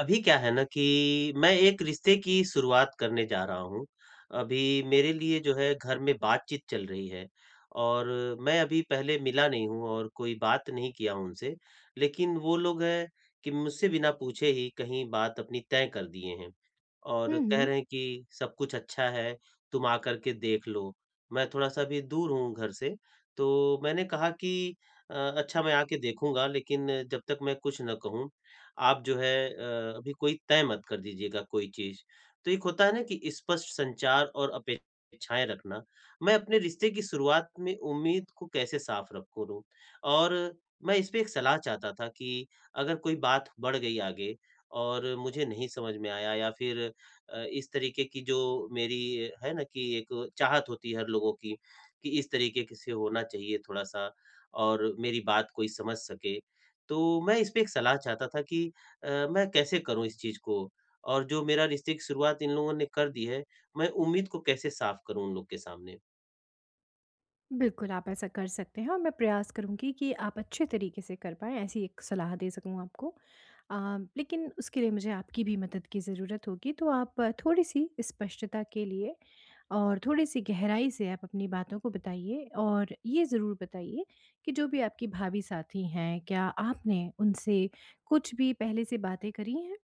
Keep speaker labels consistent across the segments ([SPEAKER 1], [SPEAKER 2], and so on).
[SPEAKER 1] अभी क्या है ना कि मैं एक रिश्ते की शुरुआत करने जा रहा हूँ। अभी मेरे लिए जो है घर में बातचीत चल रही है, और मैं अभी पहले मिला नहीं हूँ और कोई बात नहीं किया उनसे। लेकिन वो लोग हैं कि मुझसे बिना पूछे ही कहीं बात अपनी तय कर दिए हैं। और कह
[SPEAKER 2] हम्म,
[SPEAKER 1] रहे हैं कि सब कुछ अच्छा है, तुम आकर के देख लो। मैं थोड़ा-सा अभी दूर हूँ घर से, तो मैंने कहा कि अच्छा मैं आके देखूँगा, लेकिन जब तक मैं कुछ ना कहूँ, आप जो है अभी कोई तय मत कर दीजिएगा कोई चीज़। तो एक होता है ना कि स्पष्ट संचार और अपेक्षाएँ रखना। मैं अपने रिश्ते की शुरुआत में उम्मीद को कैसे साफ रखूँ? और मैं इसपे एक सलाह चाहता था कि अगर कोई बात बढ़ गई आगे और मुझे नहीं समझ में आया, या फिर इस तरीके की जो मेरी, है ना कि एक चाहत होती है हर लोगों की, कि इस तरीके के से होना चाहिए थोड़ा-सा और मेरी बात कोई समझ सके। तो मैं इसपे एक सलाह चाहता था कि मैं कैसे करूँ इस चीज़ को? और जो मेरा रिश्ते की शुरुआत इन लोगों ने कर दी है, मैं उम्मीद को कैसे साफ करूँ उन लोग के सामने?
[SPEAKER 2] बिल्कुल आप ऐसा कर सकते हैं और मैं प्रयास करूंगी कि आप अच्छे तरीके से कर पाएँ, ऐसी एक सलाह दे सकूं आपको। लेकिन उसके लिए मुझे आपकी भी मदद की ज़रूरत होगी, तो आप थोड़ी सी स्पष्टता के लिए और थोड़ी सी गहराई से आप अपनी बातों को बताइए और ये ज़रूर बताइए कि जो भी आपकी भावी साथी हैं, क्या आपने उनसे कुछ भी पहले से बातें करी हैं।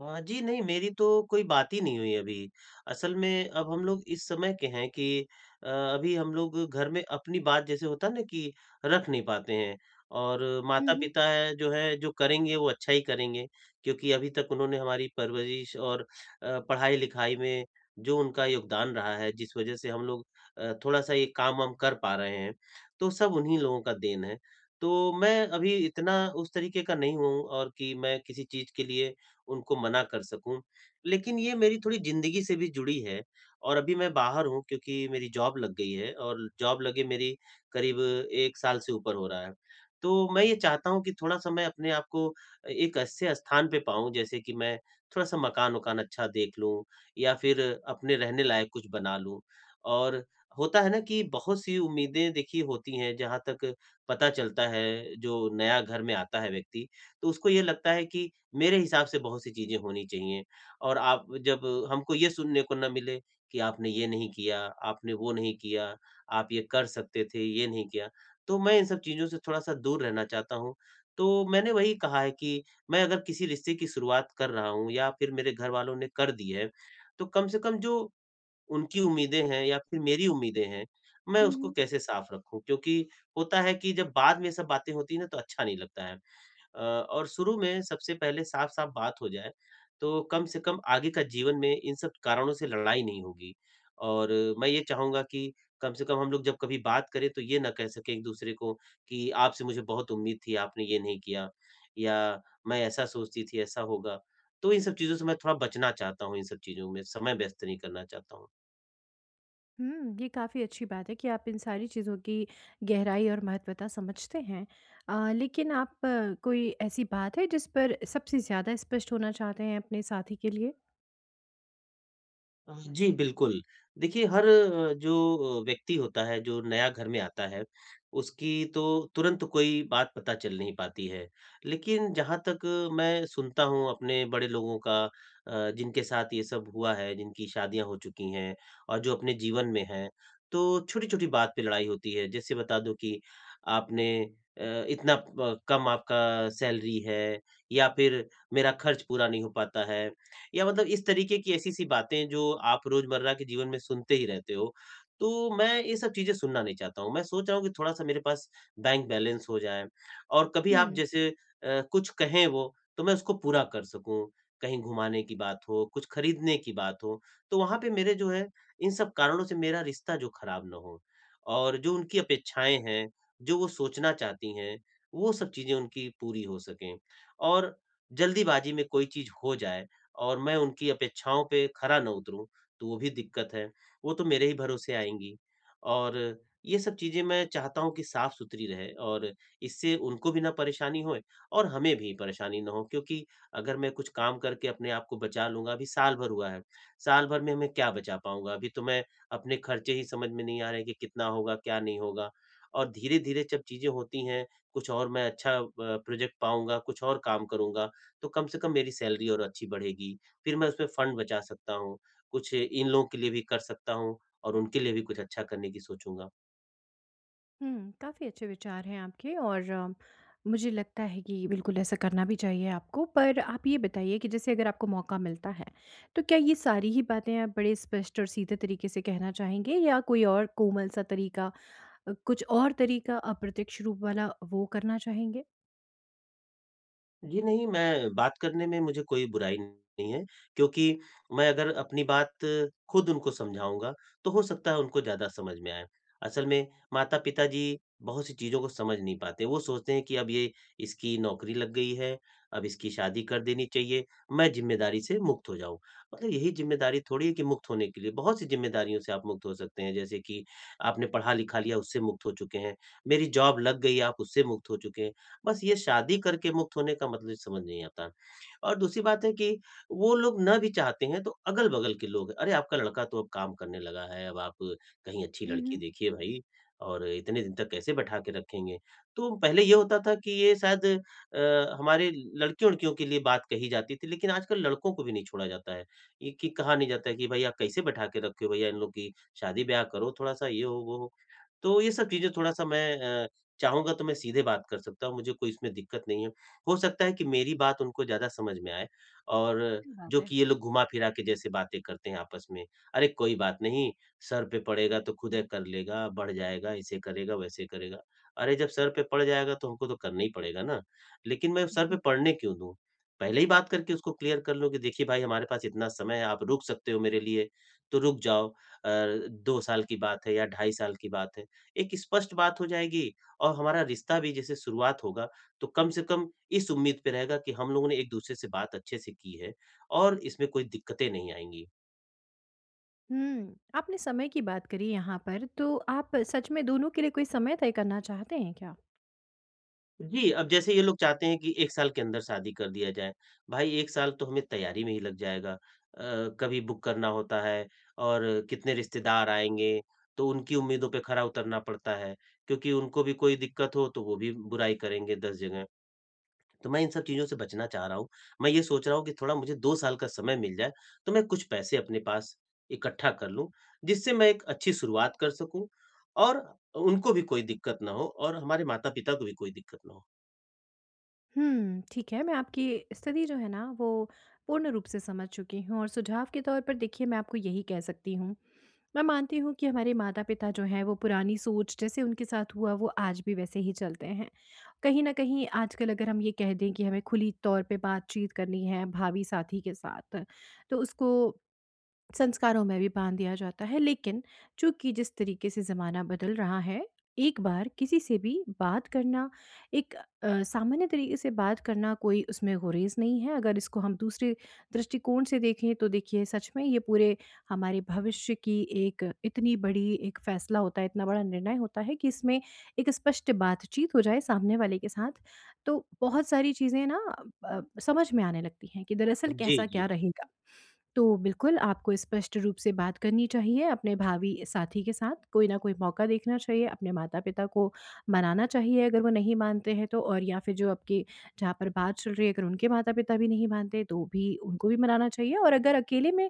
[SPEAKER 1] हाँ जी, नहीं, मेरी तो कोई बात ही नहीं हुई अभी। असल में अब हम लोग इस समय के हैं कि अभी हम लोग घर में अपनी बात, जैसे होता है ना कि, रख नहीं पाते हैं। और
[SPEAKER 2] हम्म,
[SPEAKER 1] माता-पिता है, जो है जो करेंगे वो अच्छा ही करेंगे, क्योंकि अभी तक उन्होंने हमारी परवरिश और पढ़ाई-लिखाई में जो उनका योगदान रहा है, जिस वज़ह से हम लोग थोड़ा-सा ये काम-वाम कर पा रहे हैं, तो सब उन्हीं लोगों का देन है। तो मैं अभी इतना उस तरीके का नहीं हूँ और कि मैं किसी चीज़ के लिए उनको मना कर सकूँ। लेकिन ये मेरी थोड़ी ज़िंदगी से भी जुड़ी है, और अभी मैं बाहर हूँ क्योंकि मेरी जॉब लग गई है, और जॉब लगे मेरी करीब 1 साल से ऊपर हो रहा है। तो मैं ये चाहता हूँ कि थोड़ा-सा मैं अपने आप को एक ऐसे स्थान पे पाऊँ, जैसे कि मैं थोड़ा-सा मकान-वकान अच्छा देख लूँ, या फिर अपने रहने लायक कुछ बना लूँ। और होता है ना कि बहुत सी उम्मीदें, देखिए, होती हैं। जहाँ तक पता चलता है, जो नया घर में आता है व्यक्ति, तो उसको ये लगता है कि मेरे हिसाब से बहुत सी चीज़ें होनी चाहिए। और आप जब हमको ये सुनने को ना मिले कि आपने ये नहीं किया, आपने वो नहीं किया, आप ये कर सकते थे, ये नहीं किया, तो मैं इन सब चीज़ों से थोड़ा-सा दूर रहना चाहता हूँ। तो मैंने वही कहा है कि मैं अगर किसी रिश्ते की शुरुआत कर रहा हूँ, या फिर मेरे घर वालों ने कर दी है, तो कम से कम जो उनकी उम्मीदें हैं, या फिर मेरी उम्मीदें हैं, मैं उसको
[SPEAKER 2] हम्म।
[SPEAKER 1] कैसे साफ रखूँ? क्योंकि होता है कि जब बाद में ये सब बातें होती हैं ना, तो अच्छा नहीं लगता है। और शुरू में सबसे पहले साफ-साफ बात हो जाए, तो कम से कम आगे का जीवन में इन सब कारणों से लड़ाई नहीं होगी। और मैं ये चाहूँगा कि कम से कम हम लोग जब कभी बात करें तो ये ना कह सकें एक-दूसरे को कि आपसे मुझे बहुत उम्मीद थी, आपने ये नहीं किया, या मैं ऐसा सोचती थी, ऐसा होगा। तो इन सब चीज़ों से मैं थोड़ा बचना चाहता हूँ, इन सब चीज़ों में समय व्यस्त नहीं करना चाहता हूँ।
[SPEAKER 2] ये काफ़ी अच्छी बात है कि आप इन सारी चीज़ों की गहराई और महत्वता समझते हैं। लेकिन आप कोई ऐसी बात है जिस पर सबसे ज़्यादा स्पष्ट होना चाहते हैं अपने साथी के लिए?
[SPEAKER 1] जी, बिल्कुल। देखिए, हर जो व्यक्ति होता है, जो नया घर में आता है, उसकी तो तुरंत कोई बात पता चल नहीं पाती है। लेकिन जहाँ तक मैं सुनता हूँ अपने बड़े लोगों का, जिनके साथ ये सब हुआ है, जिनकी शादियाँ हो चुकी हैं और जो अपने जीवन में हैं, तो छोटी-छोटी बात पे लड़ाई होती है। जैसे बता दो कि आपने अ, इतना प कम आपका सैलरी है, या फिर मेरा खर्च पूरा नहीं हो पाता है। या मतलब इस तरीके की ऐसी-सी बातें, जो आप रोज़मर्रा के जीवन में सुनते ही रहते हो। तो मैं ये सब चीज़ें सुनना नहीं चाहता हूँ। मैं सोच रहा हूँ कि थोड़ा-सा मेरे पास बैंक बैलेंस हो जाए, और कभी आप
[SPEAKER 2] हुँ।
[SPEAKER 1] जैसे कुछ कहें वो तो मैं उसको पूरा कर सकूँ। कहीं घुमाने की बात हो, कुछ खरीदने की बात हो, तो वहाँ पे मेरे जो है, इन सब कारणों से मेरा रिश्ता जो ख़राब ना हो, और जो उनकी अपेक्षाएँ हैं, जो वो सोचना चाहती हैं, वो सब चीज़ें उनकी पूरी हो सकें। और जल्दीबाज़ी में कोई चीज़ हो जाए और मैं उनकी अपेक्षाओं पे खरा ना उतरूँ, तो वो भी दिक्कत है। वो तो मेरे ही भरोसे आएँगी, और ये सब चीज़ें मैं चाहता हूँ कि साफ़-सुथरी रहे, और इससे उनको भी ना परेशानी होए और हमें भी परेशानी ना हो। क्योंकि अगर मैं कुछ काम करके अपने आप को बचा लूँगा, अभी साल भर हुआ है। साल भर में मैं क्या बचा पाऊँगा? अभी तो मैं, अपने खर्चे ही समझ में नहीं आ रहे हैं कि कितना होगा, क्या नहीं होगा। और धीरे-धीरे जब चीज़ें होती हैं, कुछ और मैं अच्छा प्रोजेक्ट पाऊँगा, कुछ और काम करूँगा, तो कम से कम मेरी सैलरी और अच्छी बढ़ेगी। फिर मैं उसमें फ़ंड बचा सकता हूँ, कुछ इन लोगों के लिए भी कर सकता हूँ, और उनके लिए भी कुछ अच्छा करने की सोचूँगा।
[SPEAKER 2] काफ़ी अच्छे विचार हैं आपके। और मुझे लगता है कि बिल्कुल ऐसा करना भी चाहिए आपको। पर आप ये बताइए कि जैसे अगर आपको मौका मिलता है, तो क्या ये सारी ही बातें आप बड़े स्पष्ट और सीधे तरीके से कहना चाहेंगे, या कोई और कोमल सा तरीका, कुछ और तरीका अप्रत्यक्ष रूप वाला वो करना चाहेंगे?
[SPEAKER 1] जी, नहीं, मैं बात करने में, मुझे कोई बुराई नहीं है, क्योंकि मैं अगर अपनी बात खुद उनको समझाऊँगा, तो हो सकता है उनको ज़्यादा समझ में आए। असल में माता-पिता जी बहुत सी चीज़ों को समझ नहीं पाते। वो सोचते हैं कि अब ये, इसकी नौकरी लग गई है, अब इसकी शादी कर देनी चाहिए, मैं ज़िम्मेदारी से मुक्त हो जाऊँ। मतलब यही ज़िम्मेदारी थोड़ी है कि मुक्त होने के लिए, बहुत सी ज़िम्मेदारियों से आप मुक्त हो सकते हैं, जैसे कि आपने पढ़ा-लिखा लिया, उससे मुक्त हो चुके हैं, मेरी जॉब लग गई, आप उससे मुक्त हो चुके हैं। बस ये शादी करके मुक्त होने का मतलब समझ नहीं आता। और दूसरी बात है कि वो लोग ना भी चाहते हैं, तो अगल-बगल के लोग, "अरे! आपका लड़का तो अब काम करने लगा है, अब आप कहीं अच्छी
[SPEAKER 2] हुँ,
[SPEAKER 1] लड़की
[SPEAKER 2] हुँ।
[SPEAKER 1] देखिए भई, और इतने दिन तक कैसे बैठा के रखेंगे?" तो पहले ये होता था कि ये शायद हमारे लड़कियों-वड़कियों के लिए बात कही जाती थी, लेकिन आजकल लड़कों को भी नहीं छोड़ा जाता है। ये कि, कहा नहीं जाता है कि भई आप कैसे बैठा के रखे हो भैया, इन लोग की शादी-ब्याह करो थोड़ा-सा, ये हो, वो हो। तो ये सब चीज़ें थोड़ा-सा मैं चाहूँगा तो मैं सीधे बात कर सकता हूँ, मुझे कोई इसमें दिक्कत नहीं है। हो सकता है कि मेरी बात उनको ज़्यादा समझ में आए। और
[SPEAKER 2] सही बात
[SPEAKER 1] जो
[SPEAKER 2] है।
[SPEAKER 1] कि ये लोग घुमा-फिरा के जैसे बातें करते हैं आपस में, "अरे! कोई बात नहीं, सर पे पड़ेगा तो खुद ये कर लेगा, बढ़ जाएगा, ऐसे करेगा, वैसे करेगा।" अरे! जब सर पे पड़ जाएगा तो हमको तो करना ही पड़ेगा ना, लेकिन मैं सर पे
[SPEAKER 2] जी।
[SPEAKER 1] पड़ने क्यों दूँ? पहले ही बात करके उसको क्लियर कर लो कि देखिए भाई, हमारे पास इतना समय है, आप रुक सकते हो मेरे लिए, तो रुक जाओ। 2 साल की बात है या 2.5 साल की बात है, एक स्पष्ट बात हो जाएगी, और हमारा रिश्ता भी जैसे शुरुआत होगा, तो कम से कम इस उम्मीद पे रहेगा कि हम लोगों ने एक-दूसरे से बात अच्छे से की है, और इसमें कोई दिक्कतें नहीं आएँगी।
[SPEAKER 2] आपने समय की बात करी यहाँ पर, तो आप सच में दोनों के लिए कोई समय तय करना चाहते हैं क्या?
[SPEAKER 1] जी, अब जैसे ये लोग चाहते हैं कि 1 साल के अंदर शादी कर दिया जाए, भाई 1 साल तो हमें तैयारी में ही लग जाएगा। कभी बुक करना होता है, और कितने रिश्तेदार आएँगे, तो उनकी उम्मीदों पे खरा उतरना पड़ता है, क्योंकि उनको भी कोई दिक्कत हो, तो वो भी बुराई करेंगे 10 जगह। तो मैं इन सब चीज़ों से बचना चाह रहा हूँ। मैं ये सोच रहा हूँ कि थोड़ा मुझे 2 साल का समय मिल जाए, तो मैं कुछ पैसे अपने पास इकट्ठा कर लूँ, जिससे मैं एक अच्छी शुरुआत कर सकूँ। और उनको भी कोई दिक्कत ना हो, और हमारे माता-पिता को भी कोई दिक्कत ना हो।
[SPEAKER 2] ठीक है, मैं आपकी स्थिति जो है ना वो पूर्ण रूप से समझ चुकी हूँ और सुझाव के तौर पर देखिए मैं आपको यही कह सकती हूँ। मैं मानती हूँ कि हमारे माता-पिता जो हैं वो पुरानी सोच, जैसे उनके साथ हुआ वो आज भी वैसे ही चलते हैं। कहीं न कहीं आजकल अगर हम ये कह दें कि हमें खुली तौर पे बातचीत करनी है भावी साथी के साथ, तो उसको संस्कारों में भी बाँध दिया जाता है। लेकिन चूँकि जिस तरीके से ज़माना बदल रहा है, एक बार किसी से भी बात करना, एक सामान्य तरीके से बात करना, कोई उसमें गुरेज़ नहीं है। अगर इसको हम दूसरे दृष्टिकोण से देखें तो देखिए, सच में ये पूरे हमारे भविष्य की एक इतनी बड़ी एक फ़ैसला होता है, इतना बड़ा निर्णय होता है कि इसमें एक स्पष्ट बातचीत हो जाए सामने वाले के साथ, तो बहुत सारी चीज़ें ना, अ, समझ में आने लगती हैं कि दरअसल
[SPEAKER 1] जी,
[SPEAKER 2] कैसा क्या
[SPEAKER 1] जी।
[SPEAKER 2] रहेगा। तो बिल्कुल आपको स्पष्ट रूप से बात करनी चाहिए अपने भावी साथी के साथ। कोई ना कोई मौका देखना चाहिए, अपने माता पिता को मनाना चाहिए अगर वो नहीं मानते हैं तो। और या फिर जो आपकी, जहाँ पर बात चल रही है, अगर उनके माता पिता भी नहीं मानते तो भी उनको भी मनाना चाहिए। और अगर अकेले में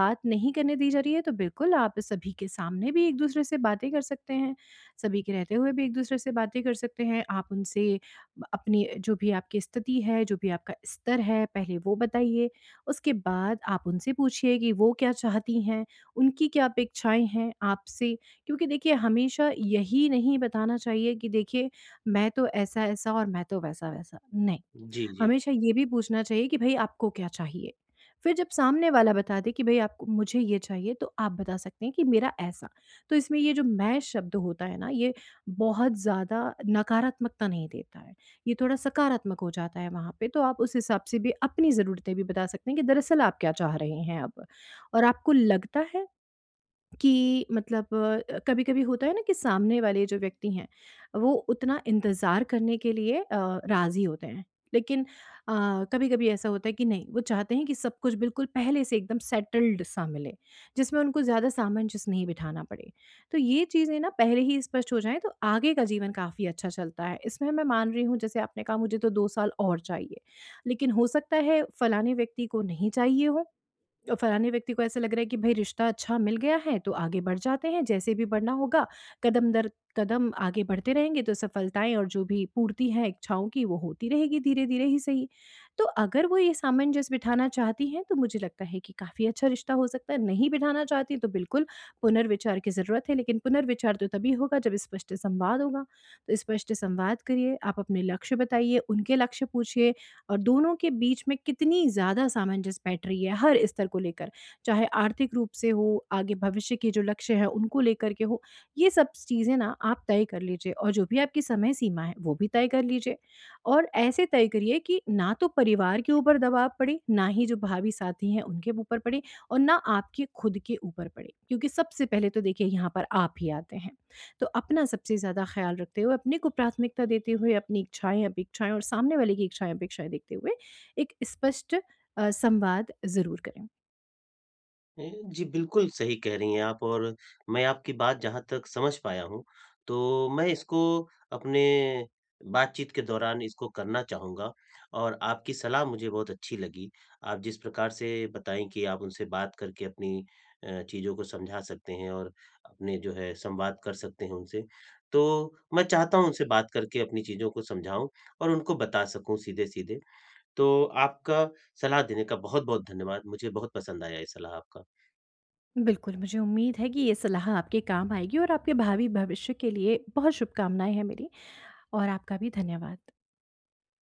[SPEAKER 2] बात नहीं करने दी जा रही है, तो बिल्कुल आप सभी के सामने भी एक दूसरे से बातें कर सकते हैं, सभी के रहते हुए भी एक दूसरे से बातें कर सकते हैं। आप उनसे अपनी जो भी आपकी स्थिति है, जो भी आपका स्तर है, पहले वो बताइए। उसके बाद आप उनसे पूछिए कि वो क्या चाहती हैं, उनकी क्या अपेक्षाएँ हैं आपसे। क्योंकि देखिए, हमेशा यही नहीं बताना चाहिए कि देखिए मैं तो ऐसा-ऐसा और मैं तो वैसा-वैसा, नहीं।
[SPEAKER 1] जी, जी।
[SPEAKER 2] हमेशा ये भी पूछना चाहिए कि भई आपको क्या चाहिए? फिर जब सामने वाला बता दे कि भई आपको, मुझे ये चाहिए, तो आप बता सकते हैं कि मेरा ऐसा। तो इसमें ये जो मैं शब्द होता है ना, ये बहुत ज़्यादा नकारात्मकता नहीं देता है। ये थोड़ा सकारात्मक हो जाता है वहाँ पे, तो आप उस हिसाब से भी अपनी ज़रूरतें भी बता सकते हैं कि दरअसल आप क्या चाह रहे हैं अब। और आपको लगता है कि, मतलब कभी-कभी होता है ना कि सामने वाले जो व्यक्ति हैं, वो उतना इंतज़ार करने के लिए राज़ी होते हैं। लेकिन अ, कभी-कभी ऐसा होता है कि नहीं, वो चाहते हैं कि सब कुछ बिल्कुल पहले से एकदम सेटल्ड सा मिले, जिसमें उनको ज़्यादा सामंजस्य नहीं बिठाना पड़े। तो ये चीज़ें ना पहले ही स्पष्ट हो जाएँ, तो आगे का जीवन काफ़ी अच्छा चलता है। इसमें मैं मान रही हूँ, जैसे आपने कहा मुझे तो 2 साल और चाहिए, लेकिन हो सकता है फलाने व्यक्ति को नहीं चाहिए हो, फ़रहानी व्यक्ति को ऐसा लग रहा है कि भई रिश्ता अच्छा मिल गया है तो आगे बढ़ जाते हैं, जैसे भी बढ़ना होगा, कदम दर कदम आगे बढ़ते रहेंगे तो सफलताएँ और जो भी पूर्ति है इच्छाओं की वो होती रहेगी, धीरे-धीरे ही सही। तो अगर वो ये सामंजस्य बिठाना चाहती हैं तो मुझे लगता है कि काफ़ी अच्छा रिश्ता हो सकता है, नहीं बिठाना चाहती तो बिल्कुल पुनर्विचार की ज़रूरत है। लेकिन पुनर्विचार तो तभी होगा जब स्पष्ट संवाद होगा। तो स्पष्ट संवाद करिए, आप अपने लक्ष्य बताइए, उनके लक्ष्य पूछिए, और दोनों के बीच में कितनी ज़्यादा सामंजस्य बैठ रही है हर स्तर को लेकर, चाहे आर्थिक रूप से हो, आगे भविष्य के जो लक्ष्य हैं उनको लेकर के हो, ये सब चीज़ें ना आप तय कर लीजिए, और जो भी आपकी समय सीमा है वो भी तय कर लीजिए। और ऐसे तय करिए कि ना तो परिवार के ऊपर दबाव पड़े, ना ही जो भावी साथी हैं उनके ऊपर पड़े, और ना आपके खुद के ऊपर पड़े, क्योंकि सबसे पहले तो देखिए यहाँ पर आप ही आते हैं। तो अपना सबसे ज़्यादा ख़्याल रखते हुए, अपने को प्राथमिकता देते हुए, अपनी इच्छाएँ, अपेक्षाएँ और सामने वाले की इच्छाएँ, अपेक्षाएँ देखते हुए, एक स्पष्ट संवाद ज़रूर करें।
[SPEAKER 1] जी, बिल्कुल सही कह रही हैं आप। और मैं आपकी बात जहाँ तक समझ पाया हूँ, तो मैं इसको अपने बातचीत के दौरान इसको करना चाहूँगा, और आपकी सलाह मुझे बहुत अच्छी लगी। आप जिस प्रकार से बताई कि आप उनसे बात करके अपनी चीज़ों को समझा सकते हैं, और अपने जो है संवाद कर सकते हैं उनसे, तो मैं चाहता हूँ उनसे बात करके अपनी चीज़ों को समझाऊँ, और उनको बता सकूँ सीधे-सीधे। तो आपका सलाह देने का बहुत-बहुत धन्यवाद। मुझे बहुत पसंद आया ये सलाह आपका।
[SPEAKER 2] बिल्कुल, मुझे उम्मीद है कि ये सलाह आपके काम आएगी और आपके भावी भविष्य के लिए बहुत शुभकामनाएँ हैं मेरी, और आपका भी धन्यवाद।